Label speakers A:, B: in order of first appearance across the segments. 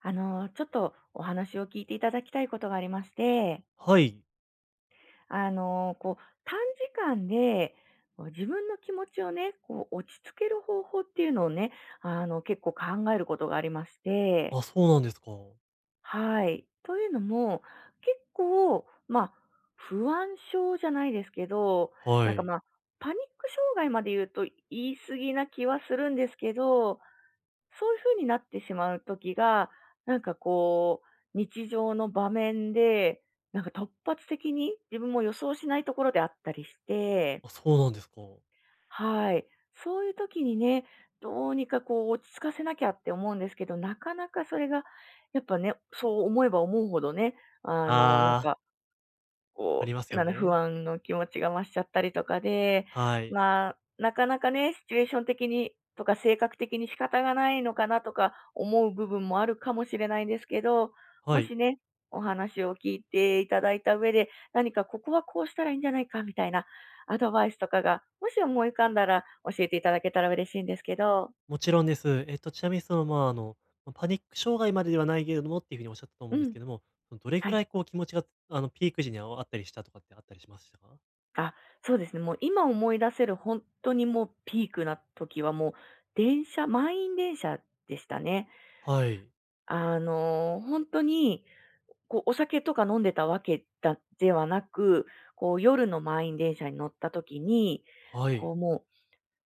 A: ちょっとお話を聞いていただきたいことがありまして、
B: はい。
A: こう、短時間で、こう自分の気持ちをね、こう、落ち着ける方法っていうのをね、結構考えることがありまして、
B: あ、そうなんですか。
A: はい。というのも、結構、まあ、不安症じゃないですけど、
B: は
A: なんか
B: い。
A: まあ、パニック障害まで言うと言い過ぎな気はするんですけど、そういう風になってしまう時が、なんかこう、日常の場面で、なんか突発的に自分も予想しないところであったりして、
B: あ、そうなんですか。
A: はい。そういう時にね、どうにかこう落ち着かせなきゃって思うんですけど、なかなかそれがやっぱね、そう思えば思うほどね、なん
B: ああ、
A: か
B: あ
A: こ
B: りま
A: う、
B: すよ
A: なんだ、不
B: ね。
A: 安の気持ちが増しちゃったりとかで、
B: はい。
A: まあ、なかなかね、シチュエーション的にとか性格的に仕方がないのかなとか思う部分もあるかもしれないんですけど、
B: は
A: も
B: い。
A: しね、お話を聞いていただいた上で、何かここはこうしたらいいんじゃないかみたいなアドバイスとかが、もし思い浮かんだら教えていただけたら嬉しいんですけど。
B: もちろんです。ちなみにまあ、パニック障害までではないけれどもっていうふうにおっしゃったと思
A: う
B: うんです
A: ん、
B: けども、どれ
A: は
B: ぐら
A: い。
B: いこう気持ちが、ピーク時にああったりしたとかってあったりしましたか？
A: あ、そうですね。もう今思い出せる本当にもうピークな時はもう電車、満員電車でしたね。
B: はい。
A: ほんに、こうお酒とか飲んでたわけだではなく、こう夜の満員電車に乗った時に、
B: は
A: こ
B: い。
A: うもう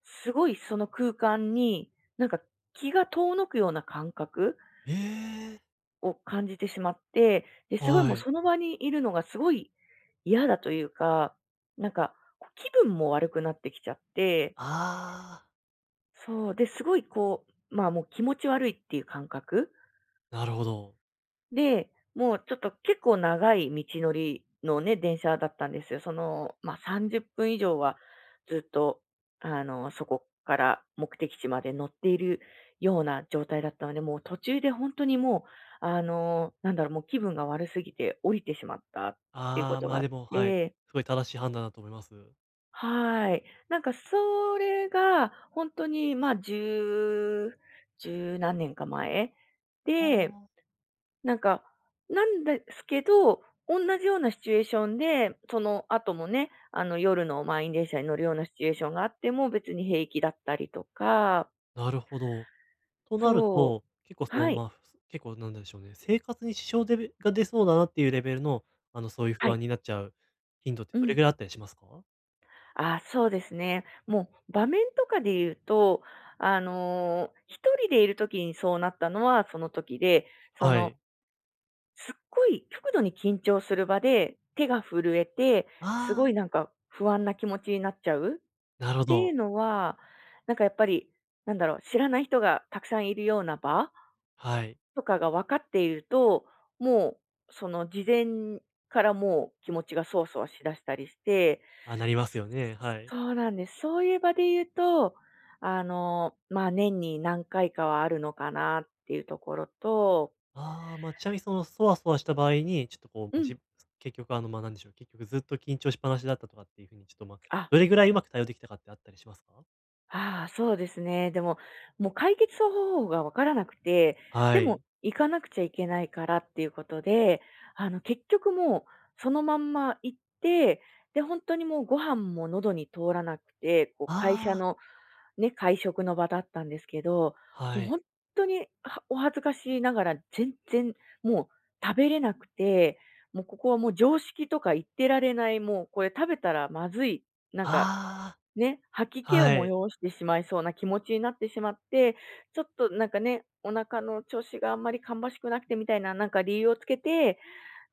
A: すごいその空間に、なんか気が遠のくような感覚
B: ええ。
A: を感じてしまって、で、すごい
B: は
A: もう
B: い。
A: その場にいるのがすごい嫌だというか、なんか、こう気分も悪くなってきちゃって、
B: ああ、
A: そう、で、すごいこう、まあもう気持ち悪いっていう感覚
B: なるほど。
A: で、もうちょっと結構長い道のりのね、電車だったんですよ。その、まあ、30分以上はずっと、そこから目的地まで乗っているような状態だったので、もう途中で本当にもう、なんだろう、もう気分が悪すぎて降りてしまったっていうこ
B: ああ、
A: とがあっ
B: でも、はい、
A: て、
B: すごい正しい判断だと思います。
A: はい。なんかそれが本当に、ま、十何年か前で、
B: あ
A: なんか、なんですけど、同じようなシチュエーションで、その後もね、夜の満員電車に乗るようなシチュエーションがあっても別に平気だったりとか、
B: あ、なるほど。となる
A: そう。
B: と、結構
A: はい。
B: まあ、結構なんでしょうね、生活に支障でべが出そうだなっていうレベルの、そういう不
A: はい。
B: 安になっちゃう頻度って
A: う
B: どれ
A: ん。
B: ぐらいあったりしますか？
A: あ、そうですね。もう場面とかで言うと、一人でいる時にそうなったのはその時で、そ
B: は
A: の
B: い。
A: すっごい極度に緊張する場で、手が震えて、す
B: あ
A: ごい
B: あ、
A: なんか不安な気持ちになっちゃうっ
B: なるほ
A: ていう
B: ど。
A: のは、なんかやっぱり、なんだろう、知らない人がたくさんいるような場
B: はい。
A: とかが分かっていると、もうその事前からもう気持ちがそわそわしだしたりして、
B: あ、なりますよね、はい。
A: そうなんです。そういう場で言うと、まあ、年に何回かはあるのかなっていうところと、
B: ああ、まあ、ちなみにそわそわした場合に、ちょっとこう、
A: う
B: まあ、
A: ん。
B: 結局まあ、なんでしょう、結局ずっと緊張しっぱなしだったとかっていうふうに、ちょっと、まあ、
A: あ、
B: どれぐらいうまく対応できたかってあったりしますか？
A: ああ、そうですね。でも、もう解決方法がわからなくて、
B: は
A: でも
B: い。
A: 行かなくちゃいけないからっていうことで、結局もうそのまんま行って、で、本当にもうご飯も喉に通らなくて、こう会社
B: ああ、
A: のね、会食の場だったんですけど、も
B: は
A: う
B: い。
A: 本当に、お恥ずかしいながら全然もう食べれなくて、もうここはもう常識とか言ってられない、もうこれ食べたらまずい、なんか
B: あ
A: ね、吐き
B: あ、
A: 気を
B: はい。
A: 催してしまいそうな気持ちになってしまって、ちょっとなんかね、お腹の調子があんまり芳しくなくてみたいな、なんか理由をつけて、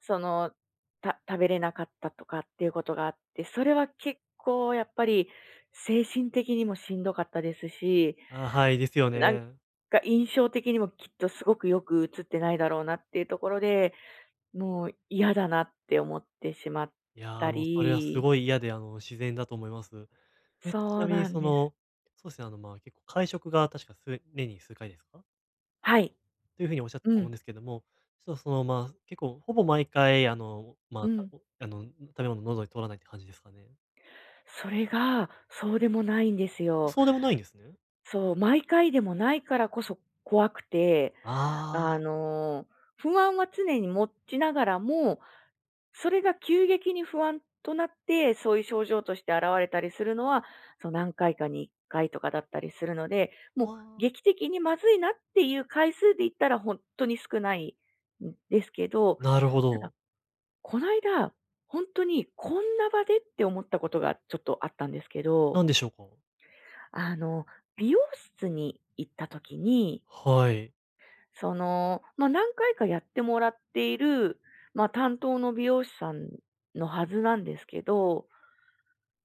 A: その、食べれなかったとかっていうことがあって、それは結構やっぱり精神的にもしんどかったですし、
B: あ、はい、ですよ
A: なん
B: ね。
A: か印象的にもきっとすごくよく映ってないだろうなっていうところで、もう嫌だなって思ってしまっ
B: いや、
A: た
B: それはす
A: り、
B: ごい嫌で、自然だと思います。ち
A: そ
B: な
A: う
B: みに
A: なんです。
B: そうですね、まあ、結構会食が確かす年に数回ですか？
A: はい。
B: というふうにおっしゃってた
A: う
B: と思うん
A: ん。
B: ですけども、ちょっとまあ、結構ほぼ毎回、ま
A: う
B: あ、た
A: ん。
B: おあの、食べ物喉に通らないって感じですかね？
A: それが、そうでもないんです
B: あ、
A: よ。
B: そうでもないんですね。
A: そう、毎回でもないからこそ怖くて、
B: あ
A: あ
B: ー
A: の、不安は常に持ちながらも、それが急激に不安となって、そういう症状として現れたりするのは、そう、何回かに1回とかだったりするので、もう
B: あー、あ
A: 劇的にまずいなっていう回数で言ったら本当に少ないんですけど、
B: なるほ
A: ただ、
B: ど。
A: こないだ、本当にこんな場でって思ったことがちょっとあったんですけ
B: な
A: ど、
B: んでしょうか？
A: あの、美容室に行った時に、
B: はい。
A: その、まあ、何回かやってもらっている、まあ、担当の美容師さんのはずなんですけど、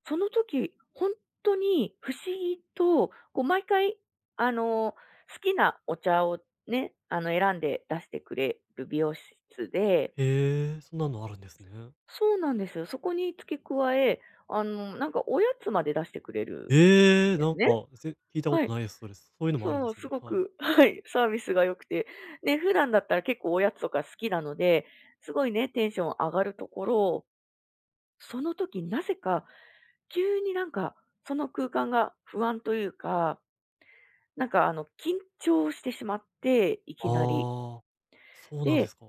A: その時、本当に不思議と、こう毎回、好きなお茶をね、選んで出してくれる美容室で、
B: へえ、そんなのあるんですね。
A: そうなんですよ。そこに付け加え、なんかおやつまで出してくれる
B: え
A: ん
B: え、
A: で
B: なん
A: すね。
B: か、聞いたこ
A: は
B: と
A: い。
B: ないです、それ。そういうのもあるんで
A: そう、
B: す
A: す
B: ね。
A: ご
B: はい。
A: く、はい、サービスが良くて。で、普段だったら結構おやつとか好きなので、すごいね、テンション上がるところ、その時なぜか、急になんか、その空間が不安というか、なんか緊張してしまって、いきなり。
B: ああ、そうなんで
A: で、
B: すか。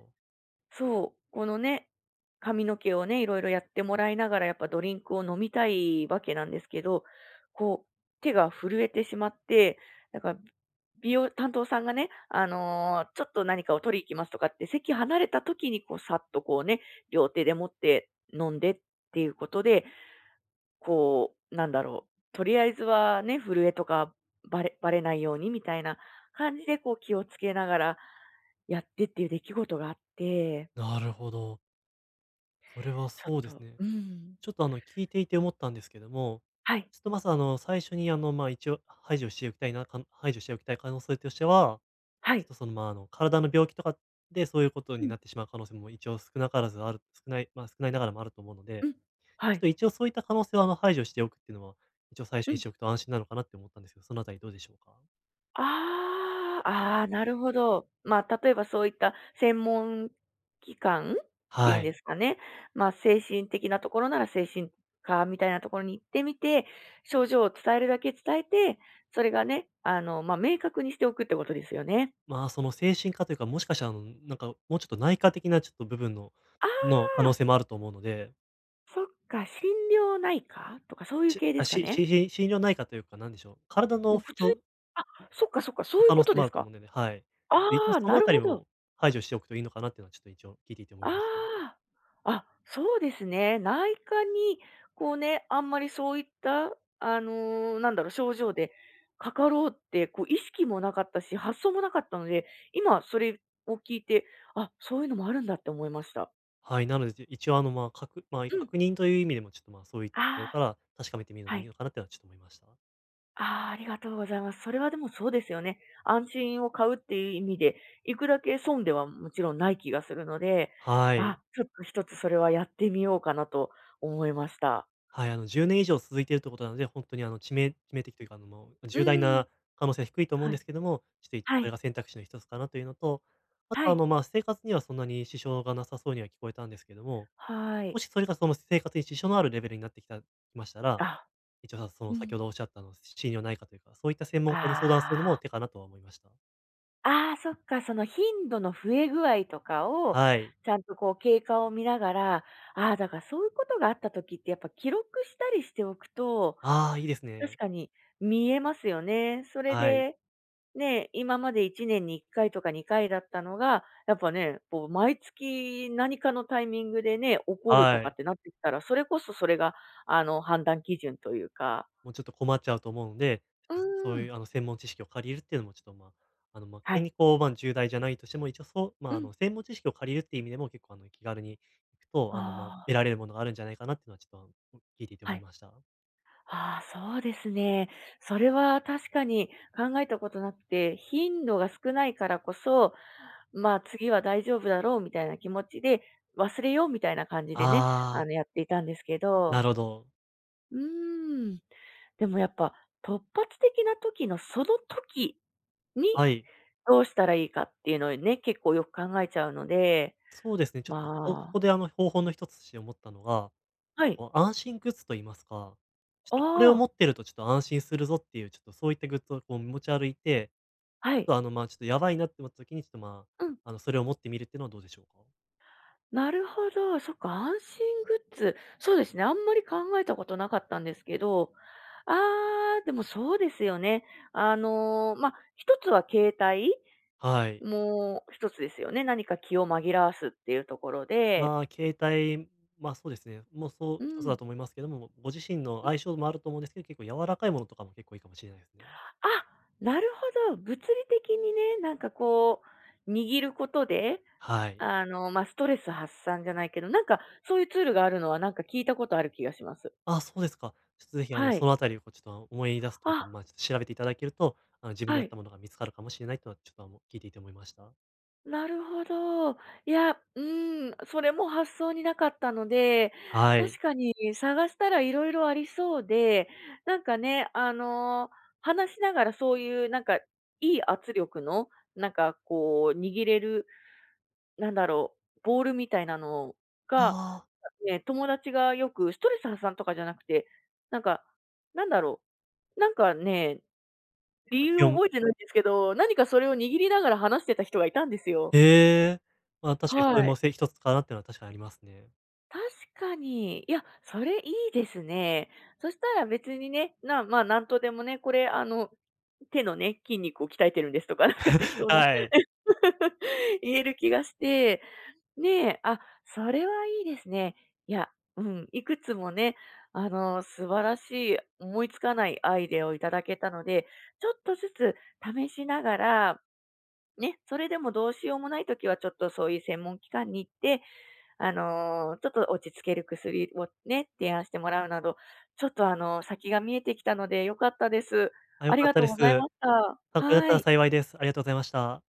A: そう、このね、髪の毛をね、いろいろやってもらいながら、やっぱドリンクを飲みたいわけなんですけど、こう、手が震えてしまって、だから、美容担当さんがね、ちょっと何かを取り行きますとかって、席離れた時に、こう、さっとこうね、両手で持って飲んでっていうことで、こう、なんだろう、とりあえずはね、震えとかバレバレないようにみたいな感じで、こう、気をつけながらやってっていう出来事があって、
B: なるほど。それは
A: ちょっ
B: そうです
A: と、
B: ね。
A: うーん。
B: ちょっと聞いていて思ったんですけども、
A: はい、
B: ちょっとまず最初にまあ一応排除しておきたいな、排除しておきたい可能性としては、
A: は
B: ちょっ
A: い。
B: とまあ体の病気とかでそういうこと
A: う
B: に
A: ん、
B: なってしまう可能性も一応少なからずある、少ない、まあ少ないながらもあると思うの
A: う
B: で、
A: ん。は
B: ちょっ
A: い。
B: と一応そういった可能性は排除しておくっていうのは、一応最初
A: う
B: にし
A: ん。
B: ておくと安心なのかなって思ったんですけど、そのあたりどうでしょうか？
A: ああ、ああ、なるほど。まあ、例えばそういった専門機関ってい
B: は
A: うんで
B: い。
A: すかね。まあ、精神的なところなら精神科みたいなところに行ってみて、症状を伝えるだけ伝えて、それがね、まあ、明確にしておくってことですよね。
B: まあその精神科というか、もしかしたらなんかもうちょっと内科的なちょっと部分の、
A: あ
B: の可
A: あ、
B: 能性もあると思うので、
A: そっか、心療内科とかそういう
B: し
A: 系で
B: あ、
A: すか
B: し
A: ね。
B: しひ信用ないかというか、なんでしょう、体
A: も
B: の
A: う
B: 不
A: 普通
B: 調の
A: あ、そっかそっか、そういう
B: 可
A: こ
B: 能
A: と
B: 性も
A: で
B: あ
A: す
B: ると
A: か。
B: 思うのでね、はい。一応
A: ああ、
B: そ
A: な
B: のあ
A: る
B: たり
A: ほど。
B: も排除しておくといいのかなっていうのはちょっと一応聞いていて思いました。
A: ああ。あ、そうですね。内科に、こうね、あんまりそういった、なんだろう、症状でかかろうって、こう、意識もなかったし、発想もなかったので、今それを聞いて、あ、そういうのもあるんだって思いました。
B: はい、なので、一応まあ、まあ、
A: うん。
B: 確認という意味でもちょっと、まあ、そういっ
A: あ
B: たところか
A: あ、
B: ら確かめてみるの
A: は
B: もいい
A: い。
B: のかなっていうのはちょっと思いました。
A: ああ、ありがとうございます。それはでもそうですよね。安心を買うっていう意味で、いくら損ではもちろんない気がするので、
B: はい。
A: あ、ちょっと一つそれはやってみようかなと思いました。
B: はい、10年以上続いているということなので、ほんとに致命的というか、もう
A: う
B: 重大
A: ん。
B: な可能性は低いと思うん
A: は
B: で
A: い。
B: すけども、ちょっと
A: は
B: それ
A: い。
B: が選択肢の一つかなというのと、あと
A: はい。
B: まあ、生活にはそんなに支障がなさそうには聞こえたんですけども、
A: は
B: も
A: い。
B: しそれがその生活に支障のあるレベルになってきたきましたら、
A: あ、
B: 一応そ
A: う
B: の先
A: ん。
B: ほどおっしゃった心療内科というか、そういった専門家に相談するの
A: あ
B: も
A: あ。
B: 手かなとは思いました。
A: ああ、そっか、その頻度の増え具合とかを、
B: はい。
A: ちゃんとこう経過を見ながら、ああ、だからそういうことがあった時ってやっぱ記録したりしておくと、
B: ああ、いいです
A: 確
B: ね。
A: かに見えますよね。それ
B: はい。
A: で、ね、今まで1年に1回とか2回だったのが、やっぱね、こう毎月何かのタイミングでね、起こると
B: は
A: かっ
B: い。
A: てなってきたら、それこそそれがあの判断基準というか、
B: もうちょっと困っちゃうと思うので、
A: う
B: そ
A: ー
B: うい
A: ん。
B: う専門知識を借りるっていうのもちょっとまあ、
A: は
B: 仮
A: い。
B: にこう、まあ、重大じゃないとしても、一応そう、ま
A: う
B: あ、
A: ん。
B: 専門知識を借りるっていう意味でも結構気軽に行くと、まあ、
A: あ
B: 得られるものがあるんじゃないかなっていうのはちょっと聞いていて
A: あ、
B: 思
A: は
B: い
A: い。
B: ました。
A: ああ、そうですね。それは確かに考えたことなくて、頻度が少ないからこそ、まあ、次は大丈夫だろうみたいな気持ちで、忘れようみたいな感じでね、
B: ああ、
A: やっていたんですけ
B: な
A: ど。
B: るほど。
A: うーん。でもやっぱ、突発的な時のその時に、
B: はい。
A: どうしたらいいかっていうのをね、結構よく考えちゃうので、
B: そうですね、ちょっと、ここ
A: まあ、
B: こであの方法の一つとして思ったのが、
A: はい。
B: こう安心グッズと言いますか、ちょっ
A: あ
B: とこれを持
A: あ、
B: ってるとちょっと安心するぞっていう、ちょっとそういったグッズをこう持ち歩いて、
A: は
B: ち
A: い。
B: ょっとまあ、ちょっとやばいなって思った時に、ちょっとま
A: うん。
B: あ、それを持ってみるっていうのはどうでしょうか？
A: なるほど、そっか、安心グッズ。そうですね、あんまり考えたことなかったんですけど、ああ、でもそうですよね。ま、あ、一つは携帯、
B: はい。
A: もう一つですよね。何か気を紛らわすっていうところで、
B: まあ、携帯、まあ、そうですね、もう
A: う
B: 一つだ
A: ん、
B: と思いますけども、ご自身の相性もあると思うんですけど、結構柔らかいものとかも結構いいかもしれないですね。
A: あ、なるほど、物理的にね、なんかこう、握ることで、
B: はい。
A: まあ、ストレス発散じゃないけど、なんかそういうツールがあるのは、なんか聞いたことある気がします。
B: あ、そうですか。ちょっとぜひ、
A: は
B: そ
A: い。
B: のあたりをこうちょっと思い出すというか、
A: あ、
B: まあ、ちょっと調べていただけると、自分に
A: は
B: 合っ
A: い。
B: たものが見つかるかもしれないとは、ちょっと、聞いていて思いました。
A: なるほど。いや、うん、それも発想になかったので、
B: は
A: 確
B: い。
A: かに探したらいろいろありそうで、なんかね、話しながらそういうなんか、いい圧力の、なんかこう握れる、なんだろう、ボールみたいなの
B: あ
A: が、
B: あ。
A: ね、友達がよくストレス発散とかじゃなくて、なんか、なんだろう、なんかね、理
B: ま、
A: 由
B: 気
A: を
B: 温
A: 覚えてないんですけど、何かそれを握りながら話してた人がいたんですよ。
B: へえ。まあ、確かに
A: は
B: それ
A: い。
B: も一つかなっていうのは確かにありますね。
A: 確かに。いや、それいいですね。そしたら別にね、まあ、なんとでもね、これ、手のね、筋肉を鍛えてるんですとか、なんか適 当な
B: はい。
A: 言える気がして、ねえ、あ、それはいいですね。いや、うん、いくつもね、素晴らしい、思いつかないアイデアをいただけたので、ちょっとずつ試しながら、ね、それでもどうしようもないときはちょっとそういう専門機関に行って、ちょっと落ち着ける薬をね、提案してもらうなど、ちょっと先が見えてきたので良かったです。
B: あ、
A: あ
B: 良
A: り
B: かっ
A: が
B: た
A: とう
B: で
A: ございま
B: す。
A: した。
B: 参考になっ
A: は
B: たら
A: い。
B: 幸いです。ありがとうございました。